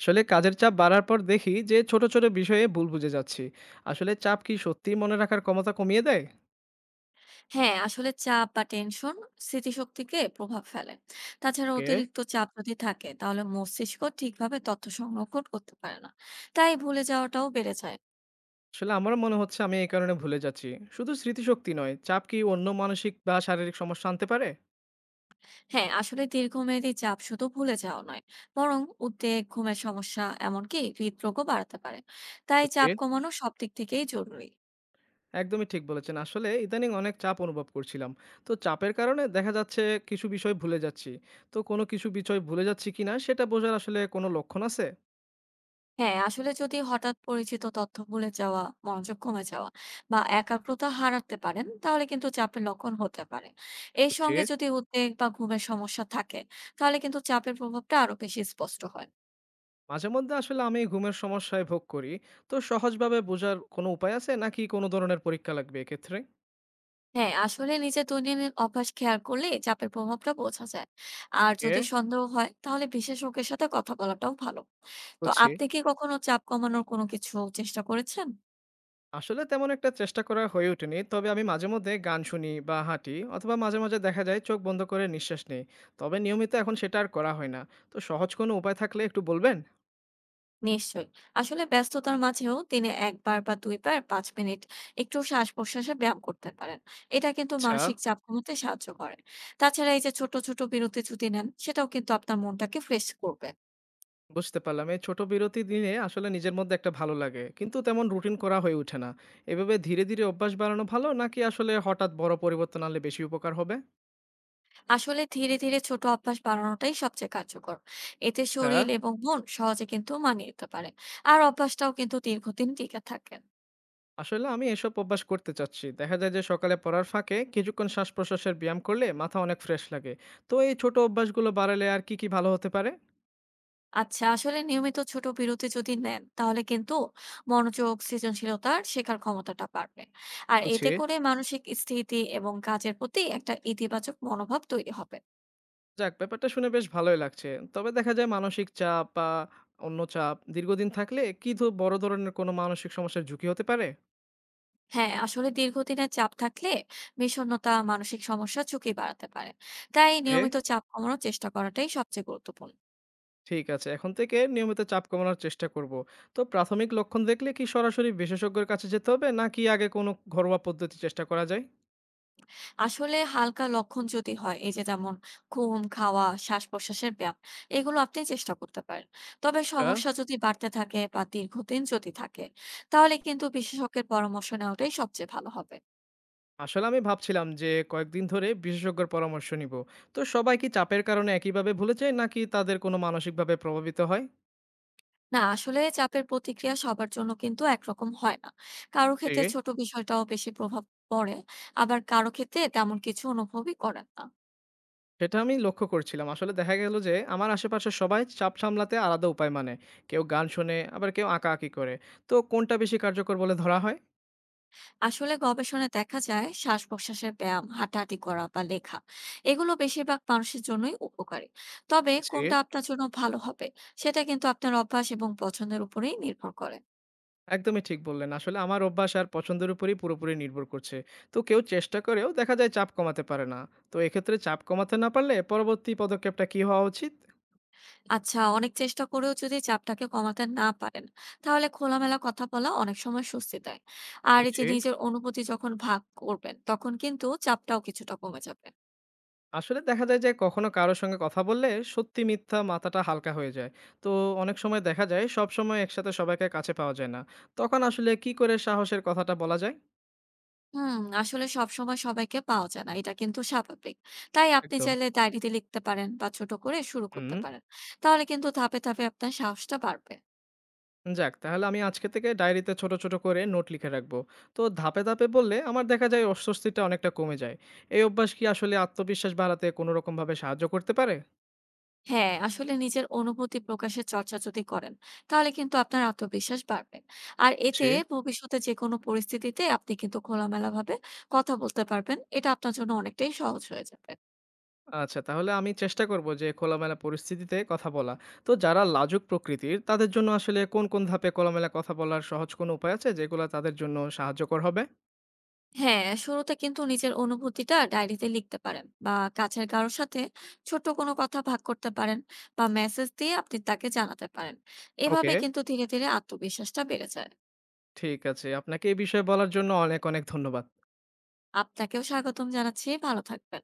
আসলে কাজের চাপ বাড়ার পর দেখি যে ছোট ছোট বিষয়ে ভুল বুঝে যাচ্ছি। আসলে চাপ কি সত্যি মনে রাখার ক্ষমতা কমিয়ে দেয়? হ্যাঁ, আসলে চাপ বা টেনশন স্মৃতিশক্তিকে প্রভাব ফেলে। তাছাড়া ওকে। অতিরিক্ত চাপ যদি থাকে তাহলে মস্তিষ্ক ঠিকভাবে তথ্য সংরক্ষণ করতে পারে না। তাই ভুলে যাওয়াটাও বেড়ে যায়। আসলে আমারও মনে হচ্ছে আমি এই কারণে ভুলে যাচ্ছি। শুধু স্মৃতিশক্তি নয়, চাপ কি অন্য মানসিক বা শারীরিক সমস্যা আনতে পারে? হ্যাঁ, আসলে দীর্ঘমেয়াদী চাপ শুধু ভুলে যাওয়া নয়, বরং উদ্বেগ, ঘুমের সমস্যা এমনকি হৃদরোগও বাড়াতে পারে। তাই বুঝছি। চাপ কমানো সব দিক থেকেই জরুরি। একদমই ঠিক বলেছেন, আসলে ইদানিং অনেক চাপ অনুভব করছিলাম। তো চাপের কারণে দেখা যাচ্ছে কিছু বিষয় ভুলে যাচ্ছি। তো কোনো কিছু বিষয় ভুলে যাচ্ছি কিনা সেটা বোঝার আসলে কোনো লক্ষণ আছে? হ্যাঁ, আসলে যদি হঠাৎ পরিচিত তথ্য ভুলে যাওয়া, মনোযোগ কমে যাওয়া বা একাগ্রতা হারাতে পারেন, তাহলে কিন্তু চাপের লক্ষণ হতে পারে। এর বুঝছি। সঙ্গে যদি উদ্বেগ বা ঘুমের সমস্যা থাকে, তাহলে কিন্তু চাপের প্রভাবটা আরো বেশি স্পষ্ট হয়। মাঝে মধ্যে আসলে আমি ঘুমের সমস্যায় ভোগ করি। তো সহজভাবে বোঝার কোনো উপায় আছে নাকি কোনো ধরনের পরীক্ষা লাগবে এক্ষেত্রে? হ্যাঁ, আসলে নিজের দৈনন্দিন অভ্যাস খেয়াল করলে চাপের প্রভাবটা বোঝা যায়। আর যদি এ, সন্দেহ হয়, তাহলে বিশেষজ্ঞের সাথে কথা বলাটাও ভালো। তো বুঝছি। আপনি কি কখনো চাপ কমানোর কোনো কিছু চেষ্টা করেছেন? আসলে তেমন একটা চেষ্টা করা হয়ে ওঠেনি, তবে আমি মাঝে মধ্যে গান শুনি বা হাঁটি, অথবা মাঝে মাঝে দেখা যায় চোখ বন্ধ করে নিঃশ্বাস নেই। তবে নিয়মিত এখন সেটা আর করা হয় না। তো সহজ কোনো উপায় থাকলে একটু বলবেন। নিশ্চয়ই। আসলে ব্যস্ততার মাঝেও দিনে একবার বা দুইবার 5 মিনিট একটু শ্বাস প্রশ্বাসে ব্যায়াম করতে পারেন। এটা কিন্তু আচ্ছা। মানসিক চাপ কমাতে সাহায্য করে। তাছাড়া এই যে ছোট ছোট বিরতি যদি নেন, সেটাও কিন্তু আপনার মনটাকে ফ্রেশ করবে। বুঝতে পারলাম, এই ছোট বিরতি দিনে আসলে নিজের মধ্যে একটা ভালো লাগে, কিন্তু তেমন রুটিন করা হয়ে ওঠে না। এভাবে ধীরে ধীরে অভ্যাস বাড়ানো ভালো নাকি আসলে হঠাৎ বড় পরিবর্তন আনলে বেশি উপকার হবে? আসলে ধীরে ধীরে ছোট অভ্যাস বাড়ানোটাই সবচেয়ে কার্যকর। এতে শরীর এবং মন সহজে কিন্তু মানিয়ে নিতে পারে। আর অভ্যাসটাও কিন্তু দীর্ঘদিন টিকে থাকে। আসলে আমি এসব অভ্যাস করতে চাচ্ছি, দেখা যায় যে সকালে পড়ার ফাঁকে কিছুক্ষণ শ্বাস প্রশ্বাসের ব্যায়াম করলে মাথা অনেক ফ্রেশ লাগে। তো এই ছোট অভ্যাসগুলো বাড়ালে আর কি কি ভালো হতে পারে? আচ্ছা, আসলে নিয়মিত ছোট বিরতি যদি নেন, তাহলে কিন্তু মনোযোগ, সৃজনশীলতা আর শেখার ক্ষমতাটা বাড়বে। আর বুঝি। এতে করে মানসিক স্থিতি এবং কাজের প্রতি একটা ইতিবাচক মনোভাব তৈরি হবে। যাক, ব্যাপারটা শুনে বেশ ভালোই লাগছে। তবে দেখা যায় মানসিক চাপ বা অন্য চাপ দীর্ঘদিন থাকলে কি বড় ধরনের কোনো মানসিক সমস্যার ঝুঁকি হতে পারে? হ্যাঁ, আসলে দীর্ঘদিনের চাপ থাকলে বিষণ্ণতা, মানসিক সমস্যা ঝুঁকি বাড়াতে পারে। তাই এ, নিয়মিত চাপ কমানোর চেষ্টা করাটাই সবচেয়ে গুরুত্বপূর্ণ। ঠিক আছে, এখন থেকে নিয়মিত চাপ কমানোর চেষ্টা করব। তো প্রাথমিক লক্ষণ দেখলে কি সরাসরি বিশেষজ্ঞের কাছে যেতে হবে, নাকি আগে কোনো ঘরোয়া পদ্ধতি চেষ্টা করা যায়? আসলে হালকা লক্ষণ যদি হয়, এই যে যেমন ঘুম, খাওয়া, শ্বাস প্রশ্বাসের ব্যায়াম, এগুলো আপনি চেষ্টা করতে পারেন। তবে আচ্ছা। সমস্যা যদি বাড়তে থাকে বা দীর্ঘদিন যদি থাকে, তাহলে কিন্তু বিশেষজ্ঞের পরামর্শ নেওয়াটাই সবচেয়ে ভালো হবে। আসলে আমি ভাবছিলাম যে কয়েকদিন ধরে বিশেষজ্ঞের পরামর্শ নিব। তো সবাই কি চাপের কারণে একইভাবে ভুলে যায় নাকি তাদের কোনো মানসিকভাবে প্রভাবিত হয়? না, আসলে চাপের প্রতিক্রিয়া সবার জন্য কিন্তু একরকম হয় না। কারো জি। ক্ষেত্রে ছোট বিষয়টাও বেশি প্রভাব পড়ে, আবার কারো ক্ষেত্রে তেমন কিছু অনুভবই করেন না। সেটা আমি লক্ষ্য করছিলাম, আসলে দেখা গেল যে আমার আশেপাশে সবাই চাপ সামলাতে আলাদা উপায়, মানে কেউ গান শোনে আবার কেউ আঁকাআঁকি করে। তো কোনটা বেশি কার্যকর বলে ধরা হয়? আসলে গবেষণায় দেখা যায়, শ্বাস প্রশ্বাসের ব্যায়াম, হাঁটাহাঁটি করা বা লেখা, এগুলো বেশিরভাগ মানুষের জন্যই উপকারী। তবে জি। কোনটা আপনার জন্য ভালো হবে, সেটা কিন্তু আপনার অভ্যাস এবং পছন্দের উপরেই নির্ভর করে। একদমই ঠিক বললেন, আসলে আমার অভ্যাস আর পছন্দের উপরই পুরোপুরি নির্ভর করছে। তো কেউ চেষ্টা করেও দেখা যায় চাপ কমাতে পারে না। তো এক্ষেত্রে চাপ কমাতে না পারলে পরবর্তী পদক্ষেপটা কি হওয়া উচিত? আচ্ছা, অনেক চেষ্টা করেও যদি চাপটাকে কমাতে না পারেন, তাহলে খোলামেলা কথা বলা অনেক সময় স্বস্তি দেয়। আর এই যে বুঝছি। নিজের অনুভূতি যখন ভাগ করবেন, তখন কিন্তু চাপটাও কিছুটা কমে যাবে। আসলে দেখা যায় যে কখনো কারোর সঙ্গে কথা বললে সত্যি মিথ্যা মাথাটা হালকা হয়ে যায়। তো অনেক সময় দেখা যায় সব সময় একসাথে সবাইকে কাছে পাওয়া যায় না। তখন আসলে কি করে সাহসের কথাটা বলা যায়? হুম, আসলে সবসময় সবাইকে পাওয়া যায় না। এটা কিন্তু স্বাভাবিক। তাই আপনি একদম। চাইলে ডায়েরিতে লিখতে পারেন বা ছোট করে শুরু করতে হুম। পারেন। তাহলে কিন্তু ধাপে ধাপে আপনার সাহসটা বাড়বে। যাক, তাহলে আমি আজকে থেকে ডায়েরিতে ছোট ছোট করে নোট লিখে রাখবো। তো ধাপে ধাপে বললে আমার দেখা যায় অস্বস্তিটা অনেকটা কমে যায়। এই অভ্যাস কি আসলে আত্মবিশ্বাস বাড়াতে কোনো রকম ভাবে সাহায্য করতে পারে? হ্যাঁ, আসলে নিজের অনুভূতি প্রকাশের চর্চা যদি করেন, তাহলে কিন্তু আপনার আত্মবিশ্বাস বাড়বে। আর এতে জি। ভবিষ্যতে যেকোনো পরিস্থিতিতে আপনি কিন্তু খোলামেলাভাবে কথা বলতে পারবেন। এটা আপনার জন্য অনেকটাই সহজ হয়ে যাবে। আচ্ছা, তাহলে আমি চেষ্টা করব যে খোলামেলা পরিস্থিতিতে কথা বলা। তো যারা লাজুক প্রকৃতির তাদের জন্য আসলে কোন কোন ধাপে খোলামেলা কথা বলার সহজ কোনো উপায় আছে যেগুলা তাদের জন্য সাহায্যকর হবে? হ্যাঁ, শুরুতে কিন্তু নিজের অনুভূতিটা ডায়েরিতে লিখতে পারেন বা কাছের কারোর সাথে ছোট্ট কোনো কথা ভাগ করতে পারেন, বা মেসেজ দিয়ে আপনি তাকে জানাতে পারেন। ওকে, এভাবে কিন্তু ধীরে ধীরে আত্মবিশ্বাসটা বেড়ে যায়। ঠিক আছে। আপনাকে এই বিষয়ে বলার জন্য অনেক অনেক ধন্যবাদ। আপনাকেও স্বাগতম জানাচ্ছি। ভালো থাকবেন।